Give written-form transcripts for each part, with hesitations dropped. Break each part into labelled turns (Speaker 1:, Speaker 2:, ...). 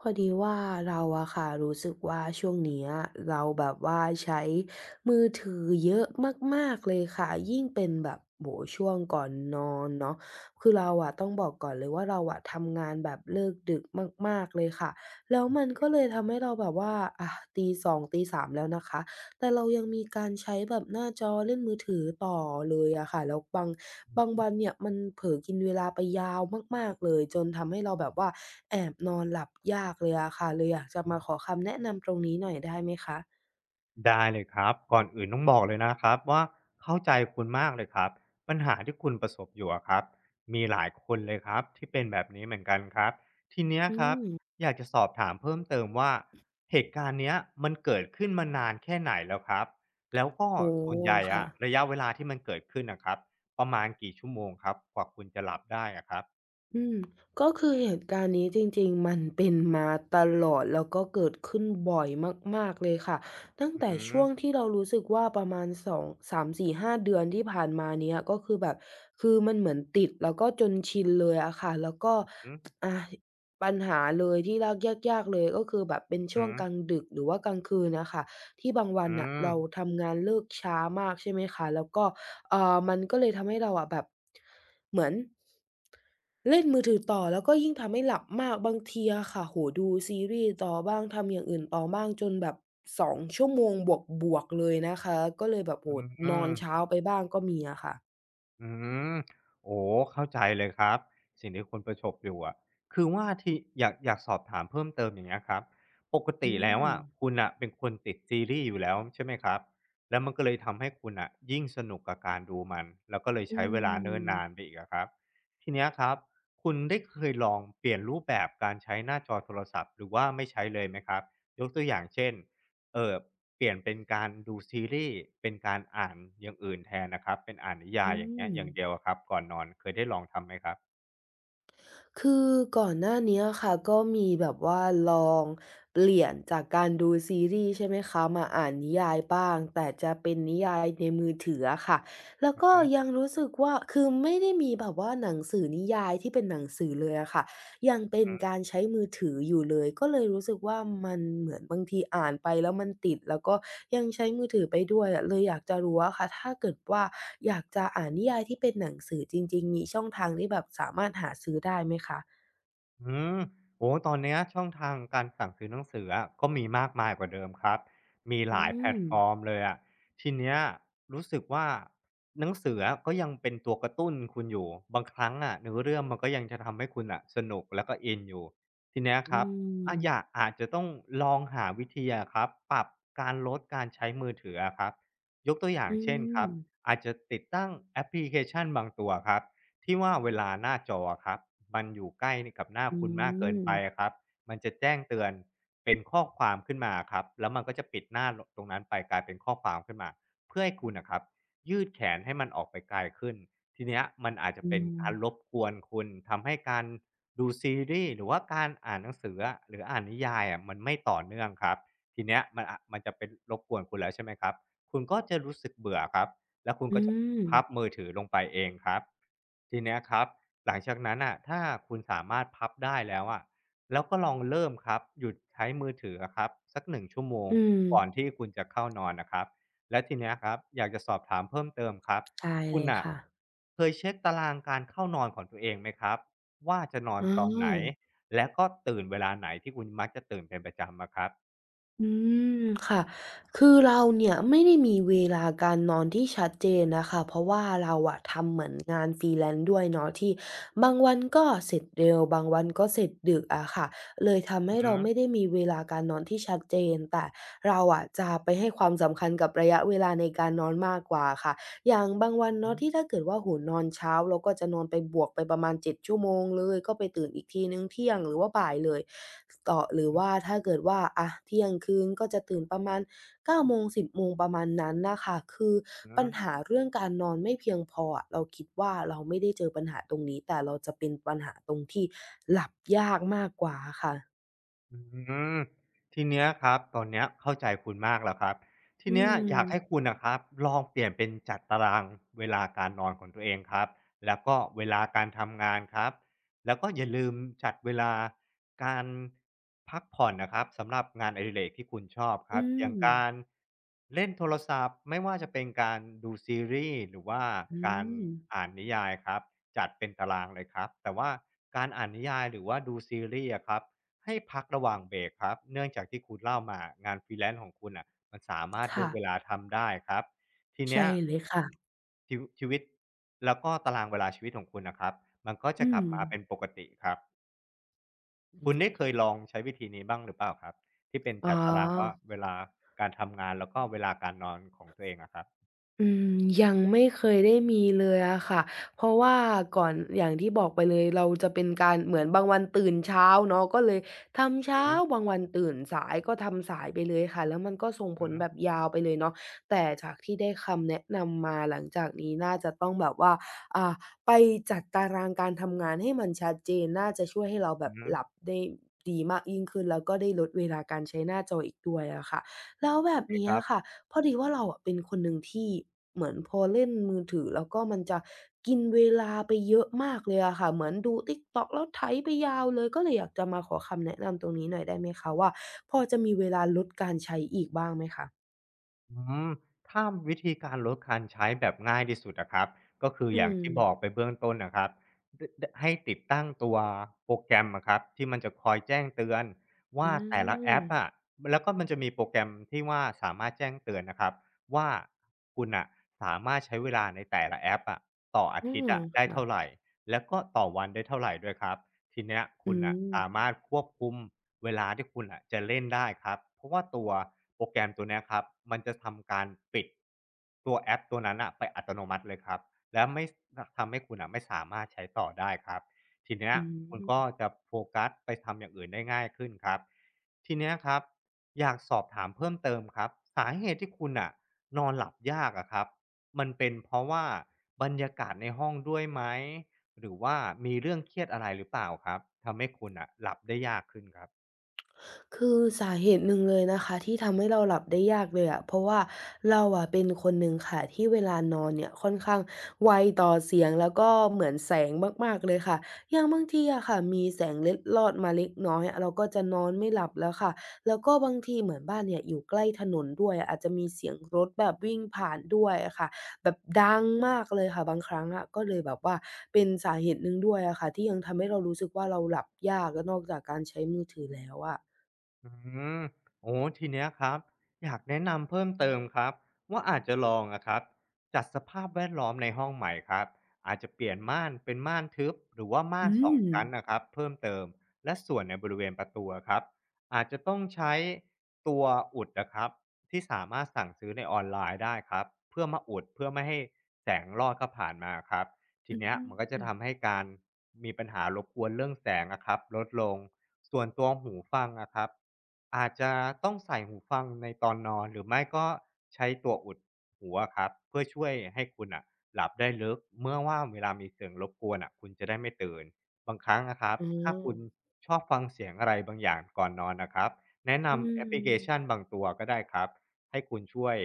Speaker 1: พอดีว่าเราอะค่ะรู้สึกว่าช่วงเนี้ยเราแบบว่าใช้มือถือเยอะมากๆเลยค่ะยิ่งเป็นแบบโอ้โฮช่วงก่อนนอนเนาะคือเราอะต้องบอกก่อนเลยว่าเราอะทำงานแบบเลิกดึกมากๆเลยค่ะแล้วมันก็เลยทำให้เราแบบว่าอาตี2ตี3แล้วนะคะแต่เรายังมีการใช้แบบหน้าจอเล่นมือถือต่อเลยอะค่ะแล้วบางวันเนี่ยมันเผลอกินเวลาไปยาวมากๆเลยจนทำให้เราแบบว่า แอบนอนหลับยากเลยอะค่ะเลยอยากจะมาขอคำแนะนำตรงนี้หน่อยได้ไหมคะ
Speaker 2: ได้เลยครับก่อนอื่นต้องบอกเลยนะครับว่าเข้าใจคุณมากเลยครับปัญหาที่คุณประสบอยู่อะครับมีหลายคนเลยครับที่เป็นแบบนี้เหมือนกันครับทีเนี้ย
Speaker 1: อื
Speaker 2: ครับ
Speaker 1: ม
Speaker 2: อยากจะสอบถามเพิ่มเติมว่าเหตุการณ์เนี้ยมันเกิดขึ้นมานานแค่ไหนแล้วครับแล้วก็
Speaker 1: โอ้
Speaker 2: ส่ว
Speaker 1: โฮ
Speaker 2: นใหญ่
Speaker 1: ค่ะ
Speaker 2: อะระยะเวลาที่มันเกิดขึ้นนะครับประมาณกี่ชั่วโมงครับกว่าคุณจะหลับได้อะครับ
Speaker 1: อืมก็คือเหตุการณ์นี้จริงๆมันเป็นมาตลอดแล้วก็เกิดขึ้นบ่อยมากๆเลยค่ะตั้ง
Speaker 2: อื
Speaker 1: แต่
Speaker 2: อ
Speaker 1: ช่วงที่เรารู้สึกว่าประมาณสองสามสี่ห้าเดือนที่ผ่านมาเนี้ยก็คือแบบคือมันเหมือนติดแล้วก็จนชินเลยอะค่ะแล้วก็
Speaker 2: อือ
Speaker 1: อาปัญหาเลยที่ลากยากๆเลยก็คือแบบเป็น
Speaker 2: อื
Speaker 1: ช่ว
Speaker 2: อ
Speaker 1: งกลางดึกหรือว่ากลางคืนน่ะค่ะที่บางวั
Speaker 2: อื
Speaker 1: น
Speaker 2: อ
Speaker 1: น่ะเราทำงานเลิกช้ามากใช่ไหมคะแล้วก็มันก็เลยทำให้เราอะแบบเหมือน เล่นมือถือต่อแล้วก็ยิ่งทำให้หลับมากบางทีอะค่ะโอ้โฮดูซีรีส์ต่อบ้างทำอย่างอื่นต่อบ้างจนแบบ2ชั่วโมงบวกๆเลยนะคะก็เลยแบบ
Speaker 2: อ
Speaker 1: โอ้โฮ
Speaker 2: ื
Speaker 1: นอ
Speaker 2: ม
Speaker 1: นเช้าไปบ้างก็มีอะค่ะ
Speaker 2: อืมโอ้เข้าใจเลยครับสิ่งที่คุณประสบอยู่อะคือว่าที่อยากสอบถามเพิ่มเติมอย่างเงี้ยครับปกติ
Speaker 1: อื
Speaker 2: แล้ว
Speaker 1: ม
Speaker 2: อะคุณนะเป็นคนติดซีรีส์อยู่แล้วใช่ไหมครับแล้วมันก็เลยทำให้คุณอะยิ่งสนุกกับการดูมันแล้วก็เลย
Speaker 1: อื
Speaker 2: ใช้เวลาเนิ่นนานไป
Speaker 1: ม
Speaker 2: อีกอะครับทีเนี้ยครับคุณได้เคยลองเปลี่ยนรูปแบบการใช้หน้าจอโทรศัพท์หรือว่าไม่ใช้เลยไหมครับยกตัวอย่างเช่นเออ เปลี่ยนเป็นการดูซีรีส์เป็นการอ่านอย่างอื่นแทนนะครับเป็นอ่านนิยาย
Speaker 1: อื
Speaker 2: อย่างเงี้ย
Speaker 1: ม
Speaker 2: อย่างเดียวอะครับก่อนนอนเคยได้ลองทำไหมครับ
Speaker 1: คือก่อนหน้าเนี้ยค่ะก็มีแบบว่าลองเปลี่ยนจากการดูซีรีส์ใช่ไหมคะมาอ่านนิยายบ้างแต่จะเป็นนิยายในมือถืออะค่ะแล้ว
Speaker 2: อือ
Speaker 1: ก็
Speaker 2: ฮึ
Speaker 1: ยังรู้สึกว่าคือไม่ได้มีแบบว่าหนังสือนิยายที่เป็นหนังสือเลยอะค่ะ ยังเป็นการใช้มือถืออยู่เลยก็เลยรู้สึกว่ามันเหมือนบางทีอ่านไปแล้วมันติดแล้วก็ยังใช้มือถือไปด้วยอะเลยอยากจะรู้อะค่ะถ้าเกิดว่าอยากจะอ่านนิยายที่เป็นหนังสือจริงๆมีช่องทางที่แบบสามารถหาซื้อได้ไหมคะ
Speaker 2: อืมโอ้ตอนเนี้ยช่องทางการสั่งซื้อหนังสืออะก็มีมากมายกว่าเดิมครับมีห
Speaker 1: อื
Speaker 2: ลายแพลต
Speaker 1: ม
Speaker 2: ฟอร์มเลยอะทีเนี้ยรู้สึกว่าหนังสืออะก็ยังเป็นตัวกระตุ้นคุณอยู่ บางครั้งอะเนื้อเรื่องมันก็ยังจะทำให้คุณน่ะสนุกแล้วก็อินอยู่ทีเนี้ยค
Speaker 1: อื
Speaker 2: รับ
Speaker 1: ม
Speaker 2: อยากอาจจะต้องลองหาวิธีอะครับปรับการลดการใช้มือถืออะครับ ยกตัวอย่าง
Speaker 1: อื
Speaker 2: เช่นค
Speaker 1: ม
Speaker 2: รับอาจจะติดตั้งแอปพลิเคชันบางตัวครับ ที่ว่าเวลาหน้าจอครับมันอยู่ใกล้กับหน้า
Speaker 1: อื
Speaker 2: คุณมากเกิน
Speaker 1: ม
Speaker 2: ไปอะครับมันจะแจ้งเตือนเป็นข้อความขึ้นมาครับแล้วมันก็จะปิดหน้าตรงนั้นไปกลายเป็นข้อความขึ้นมาเพื่อให้คุณนะครับยืดแขนให้มันออกไปไกลขึ้นทีเนี้ยมันอาจจะ
Speaker 1: อื
Speaker 2: เป็นการร
Speaker 1: ม
Speaker 2: บกวนคุณทำให้การดูซีรีส์หรือว่าการอ่านหนังสืออะหรืออ่านนิยายอะมันไม่ต่อเนื่องครับทีเนี้ยมันจะเป็นรบกวนคุณแล้วใช่ไหมครับคุณก็จะรู้สึกเบื่อครับ แล้วคุณ
Speaker 1: อื
Speaker 2: ก็จะ
Speaker 1: ม
Speaker 2: พับมือถือลงไปเองครับทีเนี้ยครับหลังจากนั้นน่ะถ้าคุณสามารถพับได้แล้วอะแล้วก็ลองเริ่มครับหยุดใช้มือถืออะครับสักหนึ่งชั่วโมง
Speaker 1: อืม
Speaker 2: ก่อนที่คุณจะเข้านอนน่ะครับและทีเนี้ยครับอยากจะสอบถามเพิ่มเติมครับ
Speaker 1: ใช่
Speaker 2: คุ
Speaker 1: เล
Speaker 2: ณ
Speaker 1: ย
Speaker 2: น่ะ
Speaker 1: ค่ะ
Speaker 2: เคยเช็กตารางการเข้านอนของตัวเองไหมครับว่าจะนอน
Speaker 1: เอ
Speaker 2: ตอนไหน
Speaker 1: อ
Speaker 2: และก็ตื่นเวลาไหนที่คุณมักจะตื่นเป็นประจำอะครับ
Speaker 1: อืมค่ะคือเราเนี่ยไม่ได้มีเวลาการนอนที่ชัดเจนนะค่ะเพราะว่าเราอะทำเหมือนงาน freelance ด้วยเนาะที่บางวันก็เสร็จเร็วบางวันก็เสร็จดึกอะค่ะเลยทำ
Speaker 2: อือ
Speaker 1: ให้
Speaker 2: ฮึ
Speaker 1: เราไม่ได้มีเวลาการนอนที่ชัดเจนแต่เราอะจะไปให้ความสำคัญกับระยะเวลาในการนอนมากกว่าค่ะ อย่างบางวัน
Speaker 2: อือฮึ
Speaker 1: เนาะที่ถ้าเกิดว่าโอ้นอนเช้าเราก็จะนอนไปบวกไปประมาณ7ชั่วโมงเลยก็ไปตื่นอีกทีหนึ่งเที่ยงหรือว่าบ่ายเลยต่อหรือ
Speaker 2: อื
Speaker 1: ว่าถ้าเกิดว่าอะเที่ยงคืนก็จะตื่นประมาณ9โมง10โมงประมาณนั้นน่ะค่ะคือ
Speaker 2: อฮึ
Speaker 1: ปัญหาเรื่องการนอนไม่เพียงพออะเราคิดว่าเราไม่ได้เจอปัญหาตรงนี้แต่เราจะเป็นปัญหาตรงที่หลับยากมากกว่าอะค่ะ
Speaker 2: อืมทีเนี้ยครับตอนเนี้ยเข้าใจคุณมากแล้วครับที
Speaker 1: อื
Speaker 2: เนี้ยอยากให้
Speaker 1: ม
Speaker 2: คุณนะครับลองเปลี่ยนเป็นจัดตารางเวลาการนอนของตัวเองครับแล้วก็เวลาการทำงานครับแล้วก็อย่าลืมจัดเวลาการพักผ่อนนะครับสำหรับงานอดิเรกที่คุณชอบครั
Speaker 1: อื
Speaker 2: บอย่า
Speaker 1: ม
Speaker 2: งการเล่นโทรศัพท์ไม่ว่าจะเป็นการดูซีรีส์หรือว่า
Speaker 1: อื
Speaker 2: การ
Speaker 1: ม
Speaker 2: อ่านนิยายครับจัดเป็นตารางเลยครับแต่ว่าการอ่านนิยายหรือว่าดูซีรีส์อะครับ ให้พักระหว่างเบรกครับเนื่องจากที่คุณเล่ามางานฟรีแลน n ์ของคุณอ่ะมันสามารถเลือ
Speaker 1: ค่ะ
Speaker 2: กเวลาทำได้ครับที
Speaker 1: ใช่
Speaker 2: เนี้ย
Speaker 1: เลยค่ะ
Speaker 2: ชีวิตแล้วก็ตารางเวลาชีวิตของคุณนะครับมันก็จะ
Speaker 1: อื
Speaker 2: กลั
Speaker 1: ม
Speaker 2: บมาเป็นปกติครับ
Speaker 1: อื
Speaker 2: คุณได้เค
Speaker 1: ม
Speaker 2: ยลองใช้วิธีนี้บ้างหรือเปล่าครับที่เป็น
Speaker 1: อ๋อ
Speaker 2: จัดตารางว่าเวลาการทำงานแล้วก็เวลาการนอนของตัวเองอะครับ
Speaker 1: อืมยังไม่เคยได้มีเลยอะค่ะ เพราะว่าก่อนอย่างที่บอกไปเลยเราจะเป็นการเหมือนบางวันตื่นเช้าเนาะก็เลยทำ
Speaker 2: อื
Speaker 1: เช้า
Speaker 2: ม
Speaker 1: บางวันตื่นสายก็ทำสายไปเลยค่ะแล้วมันก็ส่งผ
Speaker 2: อื
Speaker 1: ลแบ
Speaker 2: ม
Speaker 1: บยาวไปเลยเนาะแต่จากที่ได้คำแนะนำมาหลังจากนี้น่าจะต้องแบบว่าอ่าไปจัดตารางการทำงานให้มันชัดเจนน่าจะช่วยให้เราแบ
Speaker 2: อื
Speaker 1: บห
Speaker 2: ม
Speaker 1: ลับได้ดีมากยิ่งขึ้นแล้วก็ได้ลดเวลาการใช้หน้าจออีกด้วยอะค่ะแล้วแบ
Speaker 2: โอ
Speaker 1: บ
Speaker 2: เคค
Speaker 1: เนี้ย
Speaker 2: รับ
Speaker 1: ค่ะ พอดีว่าเราอะเป็นคนหนึ่งที่เหมือนพอเล่นมือถือแล้วก็มันจะกินเวลาไปเยอะมากเลยอะค่ะเหมือนดู TikTok แล้วไถไปยาวเลยก็เลยอยากจะมาขอคำแนะนำตรงนี้หน่อยได้ไหมคะว่าพอจะมีเวลาลดการใช้อีกบ้างไหมคะ
Speaker 2: อืมถ้าวิธีการลดการใช้แบบง่ายที่สุดนะครับก็คืออ
Speaker 1: อื
Speaker 2: ย่าง
Speaker 1: ม
Speaker 2: ที่บอกไปเบื้องต้นนะครับให้ติดตั้งตัวโปรแกรมอะครับที่มันจะคอยแจ้งเตือนว่า
Speaker 1: อื
Speaker 2: แต่ละแอ
Speaker 1: ม
Speaker 2: ปอะแล้วก็มันจะมีโปรแกรมที่ว่าสามารถแจ้งเตือนนะครับว่าคุณอ่ะสามารถใช้เวลาในแต่ละแอปอะต่ออา
Speaker 1: อื
Speaker 2: ทิต
Speaker 1: ม
Speaker 2: ย์อะได้
Speaker 1: ค่ะ
Speaker 2: เท่าไหรแล้วก็ต่อวันได้เท่าไหรด้วยครับ ทีเนี้ย
Speaker 1: อื
Speaker 2: คุณน่ะสา
Speaker 1: ม
Speaker 2: มารถควบคุมเวลาที่คุณอ่ะจะเล่นได้ครับเพราะว่าตัวโปรแกรมตัวเนี้ยครับมันจะทำการปิดตัวแอปตัวนั้นอ่ะไปอัตโนมัติเลยครับและไม่ทำให้คุณอ่ะไม่สามารถใช้ต่อได้ครับทีเนี้ย
Speaker 1: อื
Speaker 2: คุณก็
Speaker 1: ม
Speaker 2: จะโฟกัสไปทำอย่างอื่นได้ง่ายขึ้นครับทีเนี้ยครับอยากสอบถามเพิ่มเติมครับสาเหตุที่คุณอ่ะนอนหลับยากอะครับมันเป็นเพราะว่าบรรยากาศในห้องด้วยไหม หรือว่ามีเรื่องเครียดอะไรหรือเปล่าครับทำให้คุณอ่ะหลับได้ยากขึ้นครับ
Speaker 1: คือสาเหตุหนึ่งเลยนะคะที่ทำให้เราหลับได้ยากเลยอะเพราะว่าเราอะเป็นคนหนึ่งค่ะที่เวลานอนเนี่ยค่อนข้างไวต่อเสียงแล้วก็เหมือนแสงมากๆเลยค่ะอย่างบางทีอะค่ะมีแสงเล็ดลอดมาเล็กน้อยเราก็จะนอนไม่หลับแล้วค่ะแล้วก็บางทีเหมือนบ้านเนี่ยอยู่ใกล้ถนนด้วยอาจจะมีเสียงรถแบบวิ่งผ่านด้วยอะค่ะแบบดังมากเลยค่ะบางครั้งอะก็เลยแบบว่าเป็นสาเหตุหนึ่งด้วยอะค่ะที่ยังทำให้เรารู้สึกว่าเราหลับยากแล้วนอกจากการใช้มือถือแล้วอะ
Speaker 2: อืมโอ้ทีเนี้ยครับอยากแนะนำเพิ่มเติมครับว่าอาจจะลองอะครับจัดสภาพแวดล้อมในห้องใหม่ครับอาจจะเปลี่ยนม่านเป็นม่านทึบหรือว่าม่าน
Speaker 1: อื
Speaker 2: สอง
Speaker 1: ม
Speaker 2: ชั้นนะครับเพิ่มเติมและส่วนในบริเวณประตูอะครับอาจจะต้องใช้ตัวอุดนะครับที่สามารถสั่งซื้อในออนไลน์ได้ครับเพื่อมาอุดเพื่อไม่ให้แสงลอดเข้าผ่านมาครับ ที
Speaker 1: อ
Speaker 2: เนี้ยมันก็จะ
Speaker 1: ื
Speaker 2: ทำ
Speaker 1: ม
Speaker 2: ให้การมีปัญหารบกวนเรื่องแสงอะครับลดลงส่วนตัวหูฟังอะครับอาจจะต้องใส่หูฟังในตอนนอนหรือไม่ก็ใช้ตัวอุดหูอะครับเพื่อช่วยให้คุณอะหลับได้ลึกเมื่อว่าเวลามีเสียงรบกวนอะคุณจะได้ไม่ตื่นบางครั้งนะครับ
Speaker 1: อ๋อ
Speaker 2: ถ้าคุณชอบฟังเสียงอะไรบางอย่างก่อนนอนนะครับแนะ
Speaker 1: อื
Speaker 2: นำแอปพลิเคชัน
Speaker 1: ม
Speaker 2: บางตัวก็ได้ครับ ให้คุณช่วย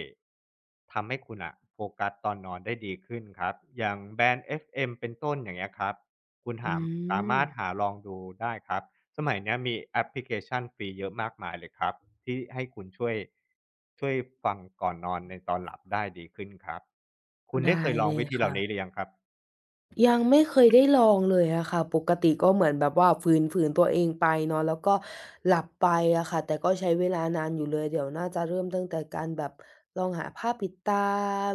Speaker 2: ทำให้คุณอะโฟกัสตอนนอนได้ดีขึ้นครับอย่างแบนด์ FM เอ็มเป็นต้นอย่างเงี้ยครับคุณ
Speaker 1: อื
Speaker 2: หาสา
Speaker 1: ม
Speaker 2: มารถหาลองดูได้ครับสมัยเนี้ยมีแอปพลิเคชันฟรีเยอะมากมายเลยครับที่ให้คุณช่วยช่วยฟังก่อนนอนในตอนหลับได้ดีขึ้นครับคุณได้
Speaker 1: ได้
Speaker 2: เคยลอ
Speaker 1: เล
Speaker 2: งวิ
Speaker 1: ย
Speaker 2: ธีเหล่า
Speaker 1: ค่ะ
Speaker 2: นี้หรือยังครับ
Speaker 1: ยังไม่เคยได้ลองเลยอะค่ะปกติก็เหมือนแบบว่าฝืนตัวเองไปเนาะแล้วก็หลับไปอะค่ะแต่ก็ใช้เวลานานอยู่เลยเดี๋ยวน่าจะเริ่มตั้งแต่การแบบลองหาผ้าปิดตา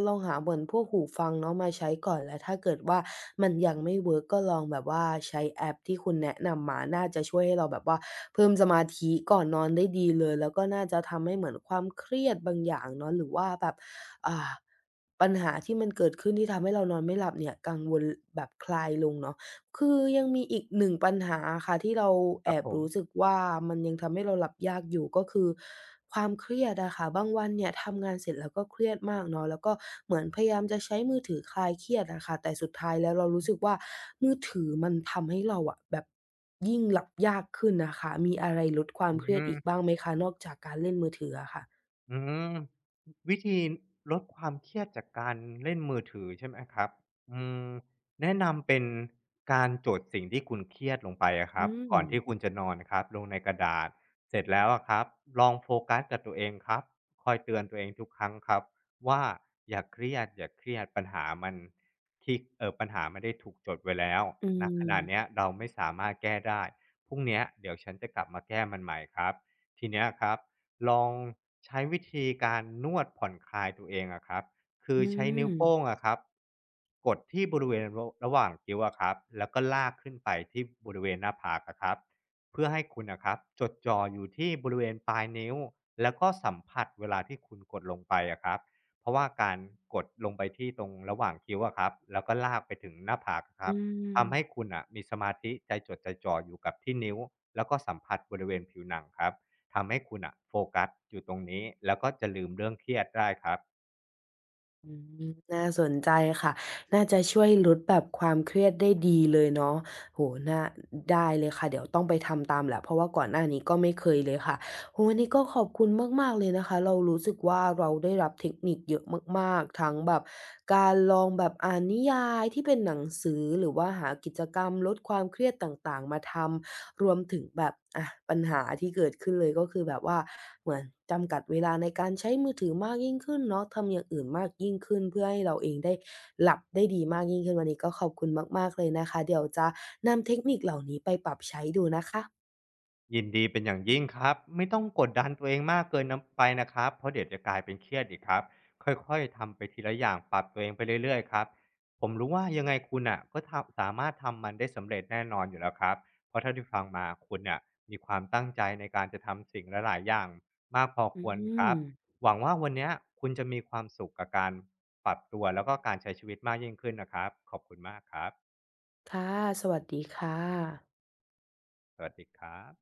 Speaker 1: ลองหาเหมือนพวกหูฟังเนาะมาใช้ก่อนแล้วถ้าเกิดว่ามันยังไม่เวิร์กก็ลองแบบว่าใช้แอปที่คุณแนะนำมาน่าจะช่วยให้เราแบบว่าเพิ่มสมาธิก่อนนอนได้ดีเลยแล้วก็น่าจะทำให้เหมือนความเครียดบางอย่างเนาะหรือว่าแบบอ่า ปัญหาที่มันเกิดขึ้นที่ทำให้เรานอนไม่หลับเนี่ยกังวลแบบคลายลงเนาะคือยังมีอีกหนึ่งปัญหาค่ะที่เรา
Speaker 2: ค
Speaker 1: แอ
Speaker 2: รับ
Speaker 1: บ
Speaker 2: ผม
Speaker 1: รู้สึกว่ามันยังทำให้เราหลับยากอยู่ก็คือความเครียดอะค่ะบางวันเนี่ยทำงานเสร็จแล้วก็เครียดมากเนาะแล้วก็เหมือนพยายามจะใช้มือถือคลายเครียดอะค่ะแต่สุดท้ายแล้วเรารู้สึกว่ามือถือมันทำให้เราอะแบบยิ่งหลับยากขึ้นน่ะค่ะมีอะไรลดความ
Speaker 2: อื
Speaker 1: เครียดอีก
Speaker 2: ม
Speaker 1: บ้างไหมคะนอกจากการเล่นมือถืออะค่ะ
Speaker 2: อืมวิธีลดความเครียดจากการเล่นมือถือใช่ไหมครับอืมแนะนำเป็นการจดสิ่งที่คุณเครียดลงไปอะครับ
Speaker 1: อืม
Speaker 2: ก่อนที่คุณจะนอนครับลงในกระดาษเสร็จแล้วอะครับลองโฟกัสกับตัวเองครับคอยเตือนตัวเองทุกครั้งครับว่าอย่าเครียดอย่าเครียดปัญหามันที่ปัญหาไม่ได้ถูกจดไว้แล้ว
Speaker 1: อื
Speaker 2: นะขนาดเนี้ย
Speaker 1: ม
Speaker 2: เราไม่สามารถแก้ได้พรุ่งเนี้ยเดี๋ยวฉันจะกลับมาแก้มันใหม่ครับทีเนี้ยครับ ลองใช้วิธีการนวดผ่อนคลายตัวเองอะครับคือ
Speaker 1: อื
Speaker 2: ใช้นิ้ว
Speaker 1: ม
Speaker 2: โป้งอะครับกดที่บริเวณระหว่างคิ้วอะครับแล้วก็ลากขึ้นไปที่บริเวณหน้าผากอะครับเพื่อให้คุณนะครับจดจ่ออยู่ที่บริเวณปลายนิ้วแล้วก็สัมผัสเวลาที่คุณกดลงไปอะครับเพราะว่าการกดลงไปที่ตรงระหว่างคิ้วอะครับแล้วก็ลากไปถึงหน้าผากอะค
Speaker 1: อื
Speaker 2: รับ
Speaker 1: ม
Speaker 2: ทำให้คุณอะมีสมาธิใจจดใจจ่ออยู่กับที่นิ้วแล้วก็สัมผัสบริเวณผิวหนังครับ ทำให้คุณอ่ะโฟกัสอยู่ตรงนี้แล้วก็จะลืมเรื่องเครียดได้ครับ
Speaker 1: อืมน่าสนใจค่ะ น่าจะช่วยลดแบบความเครียดได้ดีเลยเนาะโอ้โฮน่าได้เลยค่ะ เดี๋ยวต้องไปทำตามแหละเพราะว่าก่อนหน้านี้ก็ไม่เคยเลยค่ะโอ้โฮวันนี้ก็ขอบคุณมากๆเลยนะคะ เรารู้สึกว่าเราได้รับเทคนิคเยอะมากๆ ทั้งแบบการลองแบบอ่านนิยายที่เป็นหนังสือหรือว่าหากิจกรรมลดความเครียดต่างๆมาทำรวมถึงแบบอะปัญหาที่เกิดขึ้นเลยก็คือแบบว่า เหมือนจำกัดเวลาในการใช้มือถือมากยิ่งขึ้นเนาะทำอย่างอื่นมากยิ่งขึ้นเพื่อให้เราเองได้หลับได้ดีมากยิ่งขึ้นวันนี้ก็ขอบคุณมากๆเลยนะคะเดี๋ยวจะนำเทคนิคเหล่านี้ไปปรับใช้ดูนะคะ
Speaker 2: ยินดีเป็นอย่างยิ่งครับไม่ต้องกดดันตัวเองมากเกินน้ำไปนะครับเพราะเดี๋ยวจะกลายเป็นเครียดอีกครับค่อยๆทำไปทีละอย่างปรับตัวเองไปเรื่อยๆครับผมรู้ว่ายังไงคุณอ่ะก็ทำสามารถทำมันได้สำเร็จแน่นอนอยู่แล้วครับเพราะเท่าที่ฟังมาคุณเนี่ยมีความตั้งใจในการจะทำสิ่งหลายๆอย่างมากพอค
Speaker 1: อื
Speaker 2: วรค
Speaker 1: ม
Speaker 2: รับหวังว่าวันเนี้ยคุณจะมีความสุขกับการปรับตัวแล้วก็การใช้ชีวิตมากยิ่งขึ้นนะครับขอบคุณมากครับ
Speaker 1: ค่ะสวัสดีค่ะ
Speaker 2: สวัสดีครับ